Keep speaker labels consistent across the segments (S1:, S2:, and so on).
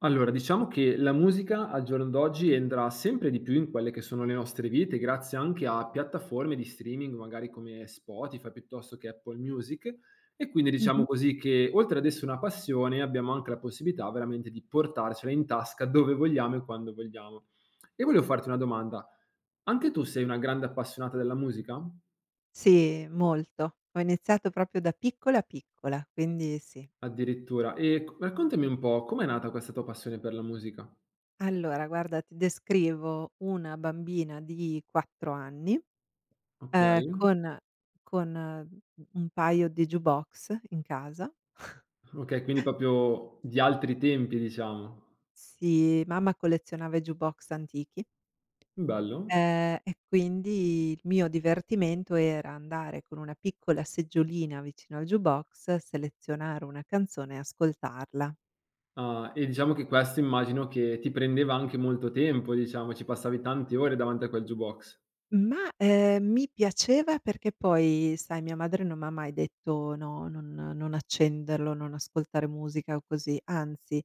S1: Allora, diciamo che la musica al giorno d'oggi entra sempre di più in quelle che sono le nostre vite, grazie anche a piattaforme di streaming, magari come Spotify piuttosto che Apple Music. E quindi
S2: Mh-mh.
S1: diciamo così che oltre ad essere una passione, abbiamo anche la possibilità veramente di portarcela in tasca dove vogliamo e quando vogliamo. E volevo farti una domanda: anche tu sei una grande appassionata della musica?
S2: Sì, molto. Ho iniziato proprio da piccola, piccola, quindi sì.
S1: Addirittura. E c raccontami un po' com'è nata questa tua passione per la musica?
S2: Allora guarda, ti descrivo una bambina di 4 anni,
S1: Okay.
S2: con un paio di jukebox in casa.
S1: Okay, quindi proprio di altri tempi diciamo.
S2: Sì, mamma collezionava i jukebox antichi,
S1: Bello.
S2: e quindi il mio divertimento era andare con una piccola seggiolina vicino al jukebox, selezionare una canzone e ascoltarla.
S1: Ah, e diciamo che questo immagino che ti prendeva anche molto tempo, diciamo, ci passavi tante ore davanti a quel jukebox.
S2: Mi piaceva perché poi, sai, mia madre non m'ha mai detto: "No, non accenderlo, non ascoltare musica o così." Anzi,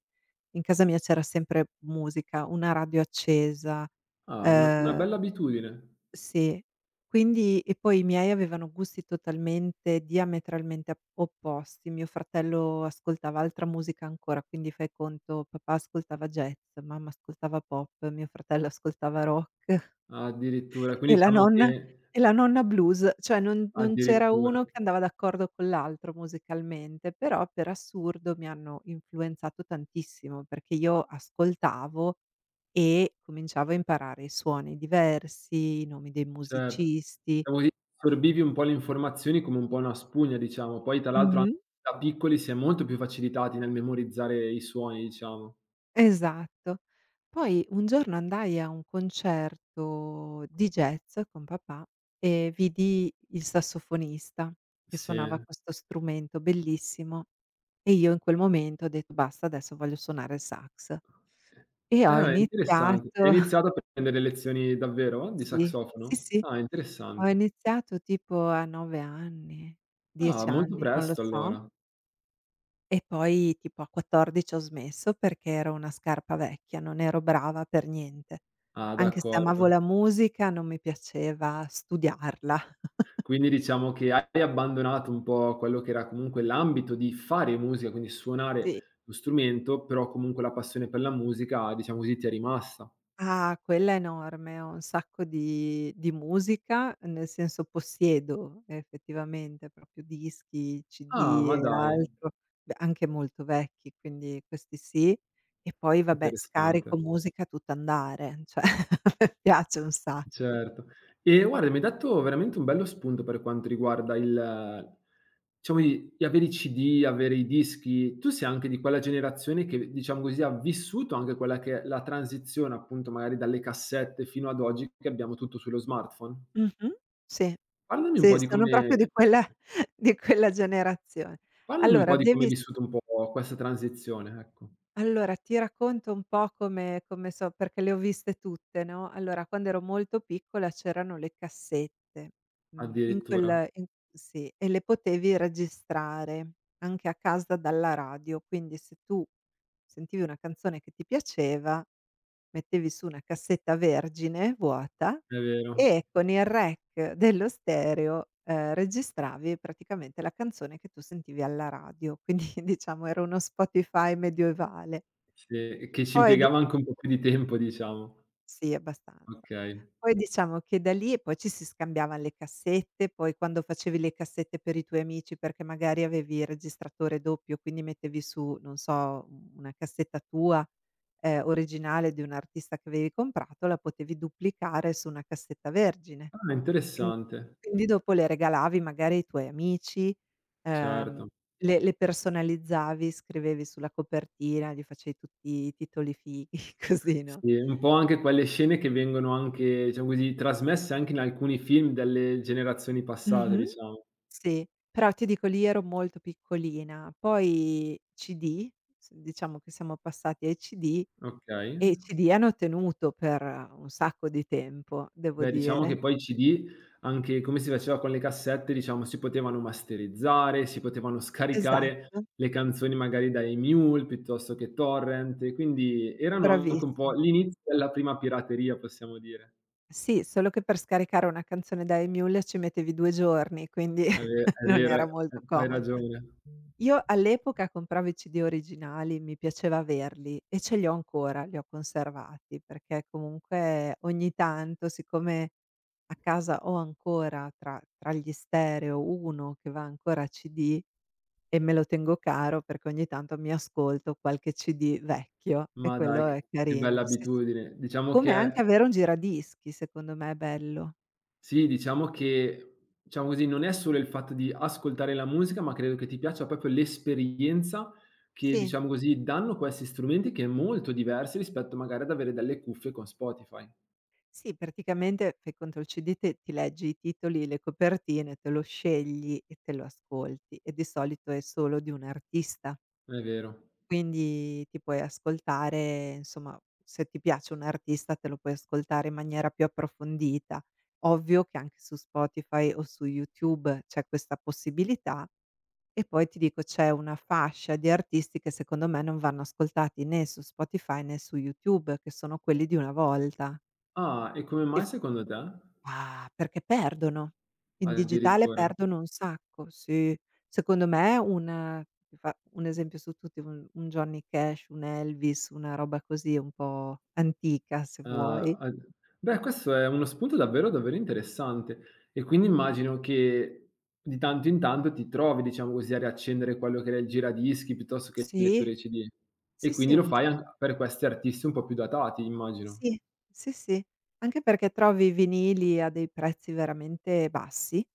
S2: in casa mia c'era sempre musica, una radio accesa,
S1: Ah, una
S2: ehm
S1: bella abitudine.
S2: sì. Quindi e poi i miei avevano gusti totalmente diametralmente ap opposti. Mio fratello ascoltava altra musica ancora, quindi fai conto papà ascoltava jazz, mamma ascoltava pop, mio fratello ascoltava rock.
S1: Addirittura,
S2: E
S1: quindi
S2: la
S1: diciamo
S2: nonna
S1: che
S2: e la nonna blues, cioè non c'era
S1: addirittura,
S2: uno che andava d'accordo con l'altro musicalmente, però per assurdo mi hanno influenzato tantissimo, perché io ascoltavo e cominciavo a imparare i suoni diversi, i nomi dei
S1: certo.
S2: musicisti.
S1: Diciamo così assorbivi un po' le informazioni come un po' una spugna, diciamo. Poi tra l'altro
S2: Mh-mh.
S1: anche da piccoli si è molto più facilitati nel memorizzare i suoni, diciamo.
S2: Esatto. Poi un giorno andai a un concerto di jazz con papà e vidi il sassofonista che suonava
S1: Sì.
S2: questo strumento bellissimo e io in quel momento ho detto: "Basta, adesso voglio suonare il sax". E
S1: Eh
S2: ho
S1: beh, interessante. E
S2: iniziato.
S1: hai iniziato a prendere lezioni davvero di
S2: Sì, sì,
S1: saxofono?
S2: sì,
S1: Ah,
S2: ho
S1: interessante.
S2: iniziato tipo a 9 anni,
S1: Ah,
S2: 10
S1: molto
S2: anni, non lo
S1: presto
S2: so.
S1: allora.
S2: E poi tipo a 14 ho smesso perché ero una scarpa vecchia, non ero brava per niente.
S1: Ah,
S2: Anche se amavo
S1: d'accordo.
S2: la musica, non mi piaceva studiarla.
S1: Quindi diciamo che hai abbandonato un po' quello che era comunque l'ambito di fare musica, quindi
S2: Sì.
S1: suonare lo strumento, però comunque la passione per la musica, diciamo così, ti è rimasta.
S2: Ah, quella è enorme, ho un sacco di musica, nel senso possiedo effettivamente proprio dischi,
S1: Ah,
S2: CD
S1: ma
S2: e
S1: dai,
S2: altro, beh, anche molto vecchi, quindi questi sì. E poi vabbè
S1: interessante.
S2: scarico musica a tutt'andare, cioè a me piace un sacco.
S1: Certo. E guarda, mi hai dato veramente un bello spunto per quanto riguarda il diciamo i avere i CD, avere i dischi. Tu sei anche di quella generazione che, diciamo così, ha vissuto anche quella che è la transizione, appunto, magari dalle cassette fino ad oggi che abbiamo tutto sullo smartphone.
S2: Mh-mh, sì.
S1: Parlami un
S2: Sì,
S1: po' di
S2: sono proprio
S1: come
S2: di quella di quella generazione.
S1: Parlami un
S2: Allora
S1: po' di come
S2: devi
S1: hai
S2: s
S1: vissuto un po' questa transizione, ecco.
S2: Allora ti racconto un po' come so perché le ho viste tutte, no, allora quando ero molto piccola c'erano le cassette, mhmm, in
S1: Addirittura,
S2: quel in sì, e le potevi registrare anche a casa dalla radio, quindi se tu sentivi una canzone che ti piaceva. Mettevi su una cassetta vergine vuota
S1: è vero.
S2: e con il rack dello stereo, registravi praticamente la canzone che tu sentivi alla radio, quindi diciamo era uno Spotify medioevale.
S1: Sì, e che ci
S2: Poi di
S1: impiegava anche un po' più di tempo, diciamo.
S2: Sì, abbastanza.
S1: Okay.
S2: Poi diciamo che da lì poi ci si scambiavan le cassette, poi quando facevi le cassette per i tuoi amici, perché magari avevi il registratore doppio, quindi mettevi su, non so, u una cassetta tua, originale di un artista che avevi comprato, la potevi duplicare su una cassetta vergine.
S1: Ah,
S2: Quin
S1: interessante.
S2: quindi dopo le regalavi magari ai tuoi amici, ehm,
S1: Certo.
S2: le personalizzavi, scrivevi sulla copertina, gli facevi tutti i titoli fighi, così, no?
S1: Sì, un po' anche quelle scene che vengono anche, diciamo così, trasmesse anche in alcuni film delle generazioni passate,
S2: Mh-mh.
S1: diciamo.
S2: Sì, però ti dico lì ero molto piccolina, poi CD, s diciamo che siamo passati ai CD
S1: Okay.
S2: e i CD hanno tenuto per un sacco di tempo, devo
S1: Beh, diciamo che
S2: dire.
S1: poi i CD, anche come si faceva con le cassette, diciamo, si potevano masterizzare, si potevano scaricare
S2: Esatto,
S1: le canzoni magari da Emule, piuttosto che torrent, e quindi erano anche un po'
S2: bravissima.
S1: l'inizio della prima pirateria, possiamo dire.
S2: Sì, solo che per scaricare una canzone da Emule ci mettevi 2 giorni, quindi
S1: È ve è
S2: non
S1: vero,
S2: era molto
S1: hai
S2: comodo.
S1: ragione.
S2: Io all'epoca compravo i CD originali, mi piaceva averli e ce li ho ancora, li ho conservati, perché comunque ogni tanto, siccome a casa ho ancora tra gli stereo uno che va ancora a CD e me lo tengo caro perché ogni tanto mi ascolto qualche CD vecchio e
S1: Ma dai,
S2: quello
S1: che
S2: è
S1: che bella
S2: carino. Sì, sì.
S1: abitudine. Diciamo
S2: Come
S1: che
S2: anche
S1: è
S2: avere un giradischi, secondo me è bello.
S1: sì, diciamo che, diciamo così, non è solo il fatto di ascoltare la musica, ma credo che ti piaccia proprio l'esperienza che,
S2: Sì.
S1: diciamo così, danno questi strumenti che è molto diversi rispetto magari ad avere delle cuffie con Spotify.
S2: Sì, praticamente fai conto il CD te ti leggi i titoli, le copertine, te lo scegli e te lo ascolti e di solito è solo di un artista.
S1: È vero.
S2: Quindi ti puoi ascoltare insomma, se ti piace un artista te lo puoi ascoltare in maniera più approfondita. Ovvio che anche su Spotify o su YouTube c'è questa possibilità e poi ti dico c'è una fascia di artisti che secondo me non vanno ascoltati né su Spotify né su YouTube, che sono quelli di una volta.
S1: Ah, e come
S2: Ti
S1: mai secondo te?
S2: Ah, perché perdono. In digitale
S1: Addirittura.
S2: perdono un sacco, sì. Secondo me un Ti fa un esempio su tutti, un Johnny Cash, un Elvis, una roba così un po' antica se
S1: Ah,
S2: vuoi.
S1: a beh, questo è uno spunto davvero, davvero interessante e quindi immagino che di tanto in tanto ti trovi, diciamo così, a riaccendere quello che era il giradischi piuttosto che il
S2: Sì,
S1: lettore CD e
S2: sì, sì,
S1: quindi lo
S2: un vi
S1: fai an per questi artisti un po' più datati, immagino.
S2: Sì, sì, sì. Anche perché trovi i vinili a dei prezzi veramente bassi,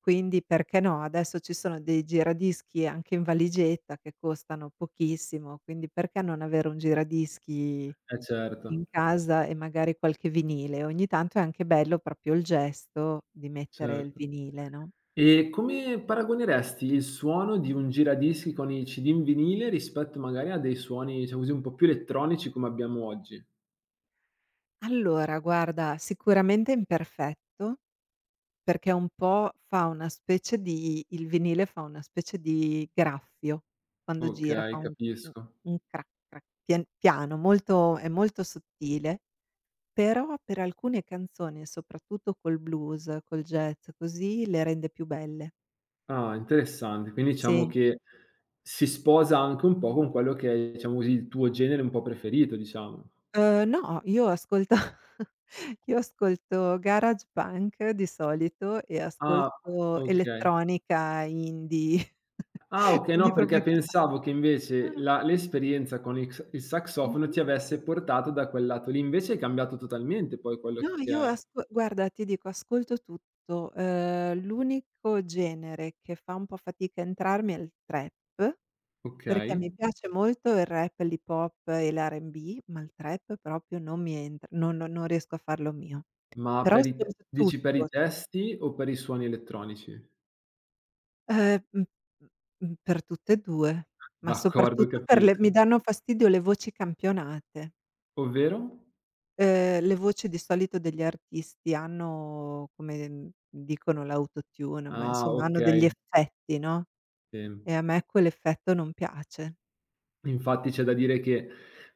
S2: quindi perché no? Adesso ci sono dei giradischi anche in valigetta che costano pochissimo, quindi perché non avere un giradischi
S1: Eh certo,
S2: in casa e magari qualche vinile. Ogni tanto è anche bello proprio il gesto di mettere il
S1: certo.
S2: vinile, no?
S1: E come paragoneresti il suono di un giradischi con i CD in vinile rispetto magari a dei suoni, diciamo così, un po' più elettronici come abbiamo oggi?
S2: Allora guarda, sicuramente imperfetto, perché un po' fa una specie di il vinile fa una specie di graffio, quando gira fa
S1: Okay,
S2: un
S1: capisco.
S2: un crac crac, piano, molto è molto sottile, però per alcune canzoni, soprattutto col blues, col jazz, così, le rende più belle.
S1: Ah, interessante. Quindi diciamo
S2: Sì.
S1: che si sposa anche un po' con quello che è, diciamo così, il tuo genere un po' preferito, diciamo.
S2: No, io ascolto io ascolto garage punk di solito e
S1: Ah,
S2: ascolto
S1: okay.
S2: elettronica indie.
S1: Ah, okay,
S2: quindi
S1: no,
S2: proprio
S1: perché
S2: tutta
S1: pensavo che
S2: No,
S1: invece
S2: no,
S1: la l'esperienza con il s il sassofono
S2: mh-mh.
S1: ti avesse portato da quel lato lì, invece hai cambiato totalmente poi quello
S2: No,
S1: che
S2: io
S1: è
S2: asco Guarda ti dico ascolto tutto. L'unico genere che fa un po' fatica a entrarmi è il trap, perché
S1: okay.
S2: mi piace molto il rap, l'hip hop e l'R&B, ma il trap proprio non mi entr non riesco a farlo mio.
S1: Ma
S2: Però
S1: per i t
S2: ascolto
S1: dici per i
S2: tutto.
S1: testi o per i suoni elettronici?
S2: Ehm, mh, per tutte e 2, ma
S1: D'accordo,
S2: soprattutto per le mi
S1: capisco.
S2: danno fastidio le voci campionate.
S1: Ovvero?
S2: Le voci di solito degli artisti hanno come, dicono l'autotune, ma
S1: Ah,
S2: insomma hanno degli
S1: okay,
S2: effetti, no,
S1: sì.
S2: e a me quell'effetto non piace.
S1: Infatti c'è da dire che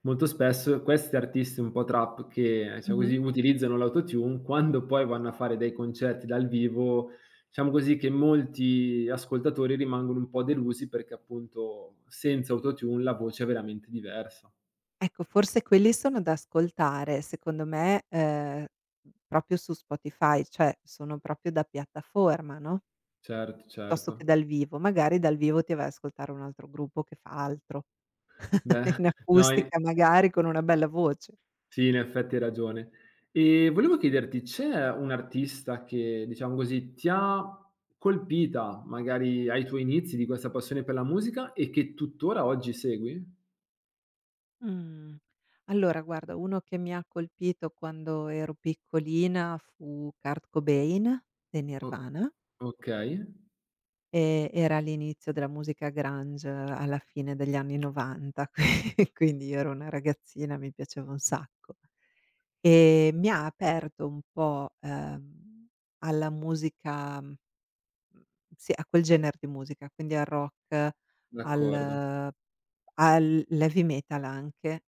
S1: molto spesso questi artisti un po' trap che, diciamo
S2: Mh-mh.
S1: così, utilizzano l'autotune, quando poi vanno a fare dei concerti dal vivo, diciamo così che molti ascoltatori rimangono un po' delusi perché appunto senza autotune la voce è veramente diversa.
S2: Ecco, forse quelli sono da ascoltare, secondo me, proprio su Spotify, cioè sono proprio da piattaforma, no,
S1: Certo,
S2: piuttosto che
S1: certo.
S2: dal vivo. Magari dal vivo ti vai ad ascoltare un altro gruppo che fa altro.
S1: Beh,
S2: In
S1: no i
S2: acustica magari con una bella voce.
S1: sì, in effetti hai ragione. E volevo chiederti, c'è un artista che, diciamo così, ti ha colpita magari ai tuoi inizi di questa passione per la musica e che tuttora oggi segui?
S2: Mh. Allora guarda, uno che mi ha colpito quando ero piccolina fu Kurt Cobain dei
S1: O
S2: Nirvana,
S1: okay,
S2: era l'inizio della musica grunge alla fine degli anni '90, quindi io ero una ragazzina, mi piaceva un sacco. E mi ha aperto un po', alla musica sì a quel genere di musica, quindi al rock,
S1: d'accordo.
S2: al al l'heavy metal anche,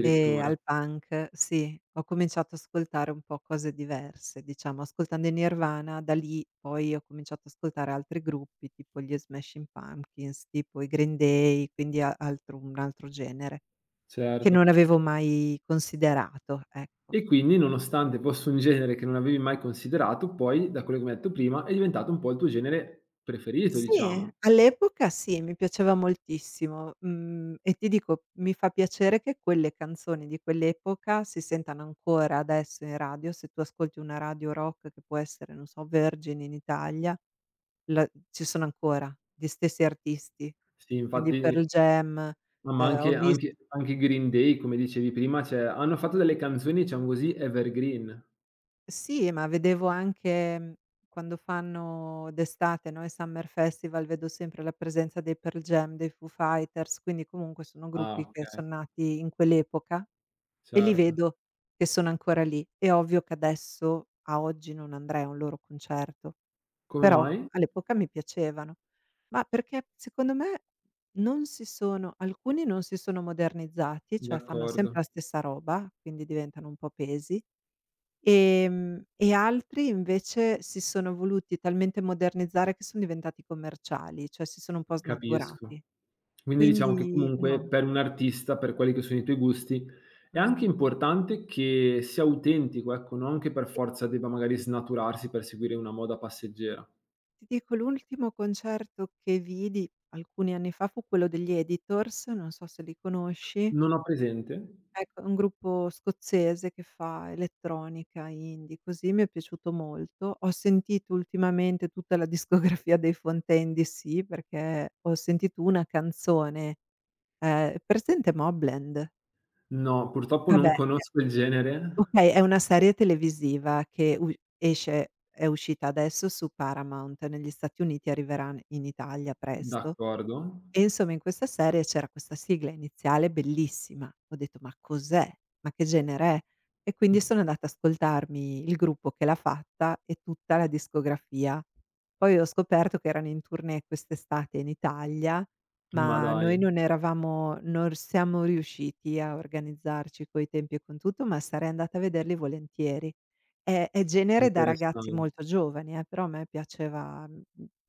S2: e al punk, sì. Ho cominciato a ascoltare un po' cose diverse, diciamo, ascoltando i Nirvana da lì poi ho cominciato ad ascoltare altri gruppi, tipo gli Smashing Pumpkins, tipo i Green Day, quindi a altro un altro genere che
S1: certo.
S2: non avevo mai considerato, ecco.
S1: E quindi nonostante fosse un genere che non avevi mai considerato, poi da quello che mi hai detto prima, è diventato un po' il tuo genere preferito,
S2: Sì,
S1: diciamo.
S2: all'epoca sì, mi piaceva moltissimo, e ti dico, mi fa piacere che quelle canzoni di quell'epoca si sentano ancora adesso in radio. Se tu ascolti una radio rock che può essere, non so, Virgin in Italia, la ci sono ancora gli stessi artisti.
S1: Sì,
S2: Quindi
S1: infatti
S2: Pearl Jam,
S1: no, ma
S2: ho
S1: anche
S2: vis
S1: anche anche i Green Day, come dicevi prima, cioè hanno fatto delle canzoni, diciamo così, evergreen.
S2: sì, ma vedevo anche, quando fanno d'estate, no, i Summer Festival, vedo sempre la presenza dei Pearl Jam, dei Foo Fighters, quindi comunque sono
S1: Ah,
S2: gruppi che son
S1: okay,
S2: nati in quell'epoca e li
S1: certo.
S2: vedo che sono ancora lì. È ovvio che adesso, a oggi, non andrei a un loro concerto,
S1: Come
S2: però
S1: mai?
S2: all'epoca mi piacevano. Ma perché secondo me non si sono alcuni non si sono modernizzati, cioè fanno
S1: D'accordo,
S2: sempre la stessa roba, quindi diventano un po' pesi. E altri invece si sono voluti talmente modernizzare che son diventati commerciali, cioè si sono un po'
S1: capisco.
S2: snaturati.
S1: Quindi diciamo che
S2: Quindi
S1: comunque
S2: no,
S1: per un artista, per quelli che sono i tuoi gusti, è anche
S2: mhmm,
S1: importante che sia autentico, ecco, non che per
S2: ti
S1: forza debba magari snaturarsi per seguire una moda passeggera.
S2: ti dico l'ultimo concerto che vidi alcuni anni fa fu quello degli Editors, non so se li conosci.
S1: Non ho presente.
S2: Ecco, è un gruppo scozzese che fa elettronica, indie, così, mi è piaciuto molto. Ho sentito ultimamente tutta la discografia dei Fontaine-DC perché ho sentito una canzone. Presente Mobland?
S1: No, purtroppo
S2: Vabbè,
S1: non conosco il genere.
S2: okay, è una serie televisiva che u esce è uscita adesso su Paramount negli Stati Uniti, arriverà n in Italia presto.
S1: D'accordo.
S2: E insomma in questa serie c'era questa sigla iniziale bellissima. Ho detto: "Ma cos'è? Ma che genere è?" E quindi sono andata ad ascoltarmi il gruppo che l'ha fatta e tutta la discografia. Poi ho scoperto che erano in tournée quest'estate in Italia,
S1: Ma
S2: ma
S1: dai,
S2: noi non eravamo non siamo riusciti a organizzarci coi tempi e con tutto, ma sarei andata a vederli volentieri. È genere da ragazzi
S1: interessante.
S2: molto giovani però a me piaceva mhmm,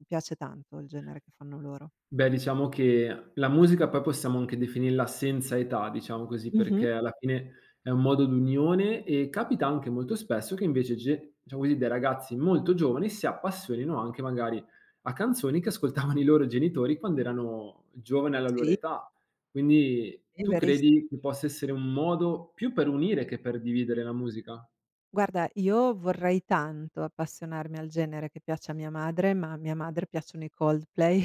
S2: piace tanto il genere che fanno loro.
S1: Beh, diciamo che la musica poi possiamo anche definirla senza età, diciamo così,
S2: Mh-mh.
S1: perché alla fine è un modo d'unione e capita anche molto spesso che invece diciamo così, dei ragazzi molto giovani si appassionino anche magari a canzoni che ascoltavano i loro genitori quando erano giovani alla loro
S2: Sì,
S1: età. Quindi
S2: sì,
S1: tu
S2: verissi
S1: credi che possa essere un modo più per unire che per dividere la musica,
S2: Guarda, io vorrei tanto appassionarmi al genere che piace a mia madre, ma a mia madre piacciono i Coldplay.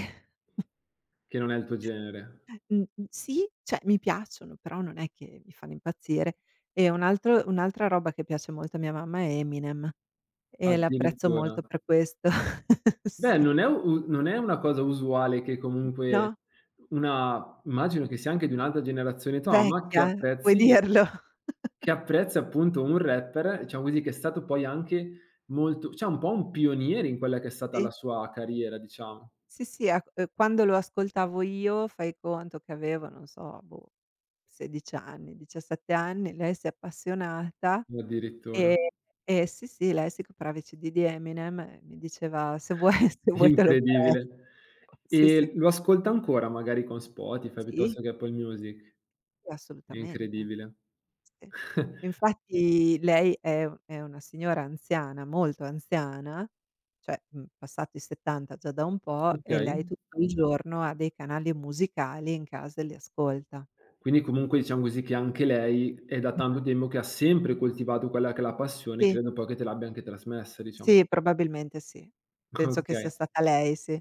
S1: che non è il tuo genere?
S2: Sì, cioè mi piacciono, però non è che mi fanno impazzire. E un'altra roba che piace molto a mia mamma è Eminem e l'apprezzo
S1: Addirittura.
S2: molto per questo.
S1: Beh,
S2: Sì.
S1: non è una cosa usuale che comunque
S2: No?
S1: una, immagino che sia anche di un'altra generazione tua, ma che
S2: Vecchia? Puoi
S1: apprezzi,
S2: dirlo?
S1: appunto un rapper, diciamo così, che è stato poi anche molto, cioè un po' un pioniere in quella che è stata la
S2: Sì.
S1: sua carriera diciamo,
S2: Sì, sì, a Quando lo ascoltavo io fai conto che avevo, non so, boh, 16 anni, 17 anni, lei si è appassionata,
S1: o addirittura.
S2: ehm, e sì, sì, lei si comprava i CD di Eminem e mi diceva: "Se vuoi se vuoi te lo presto."
S1: Incredibile.
S2: Sì, sì.
S1: E lo ascolta ancora magari con Spotify
S2: Sì,
S1: piuttosto che Apple Music?
S2: sì assolutamente.
S1: Incredibile.
S2: Sì. Infatti lei è una signora anziana, molto anziana, cioè, passati i 70 già da un po' e
S1: Okay.
S2: lei tutto il giorno ha dei canali musicali in casa e li ascolta.
S1: Quindi comunque diciamo così che anche lei è da tanto
S2: Mh-mh.
S1: tempo che ha sempre coltivato quella che è la passione,
S2: Sì,
S1: credo poi che te l'abbia anche trasmessa diciamo.
S2: sì, probabilmente sì. Penso che sia
S1: Okay,
S2: stata lei, sì.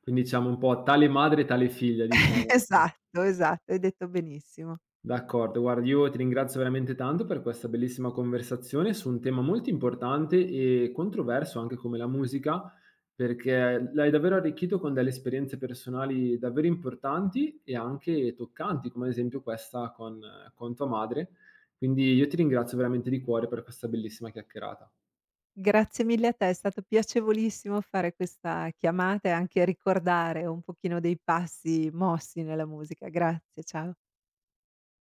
S1: quindi diciamo un po' tale madre tale figlia diciamo, ecco.
S2: Esatto, esatto, hai detto benissimo.
S1: D'accordo, guarda io ti ringrazio veramente tanto per questa bellissima conversazione su un tema molto importante e controverso anche come la musica, perché l'hai davvero arricchito con delle esperienze personali davvero importanti e anche toccanti, come ad esempio questa con tua madre. Quindi io ti ringrazio veramente di cuore per questa bellissima chiacchierata.
S2: Grazie mille a te, è stato piacevolissimo fare questa chiamata e anche ricordare un pochino dei passi mossi nella musica. Grazie, ciao.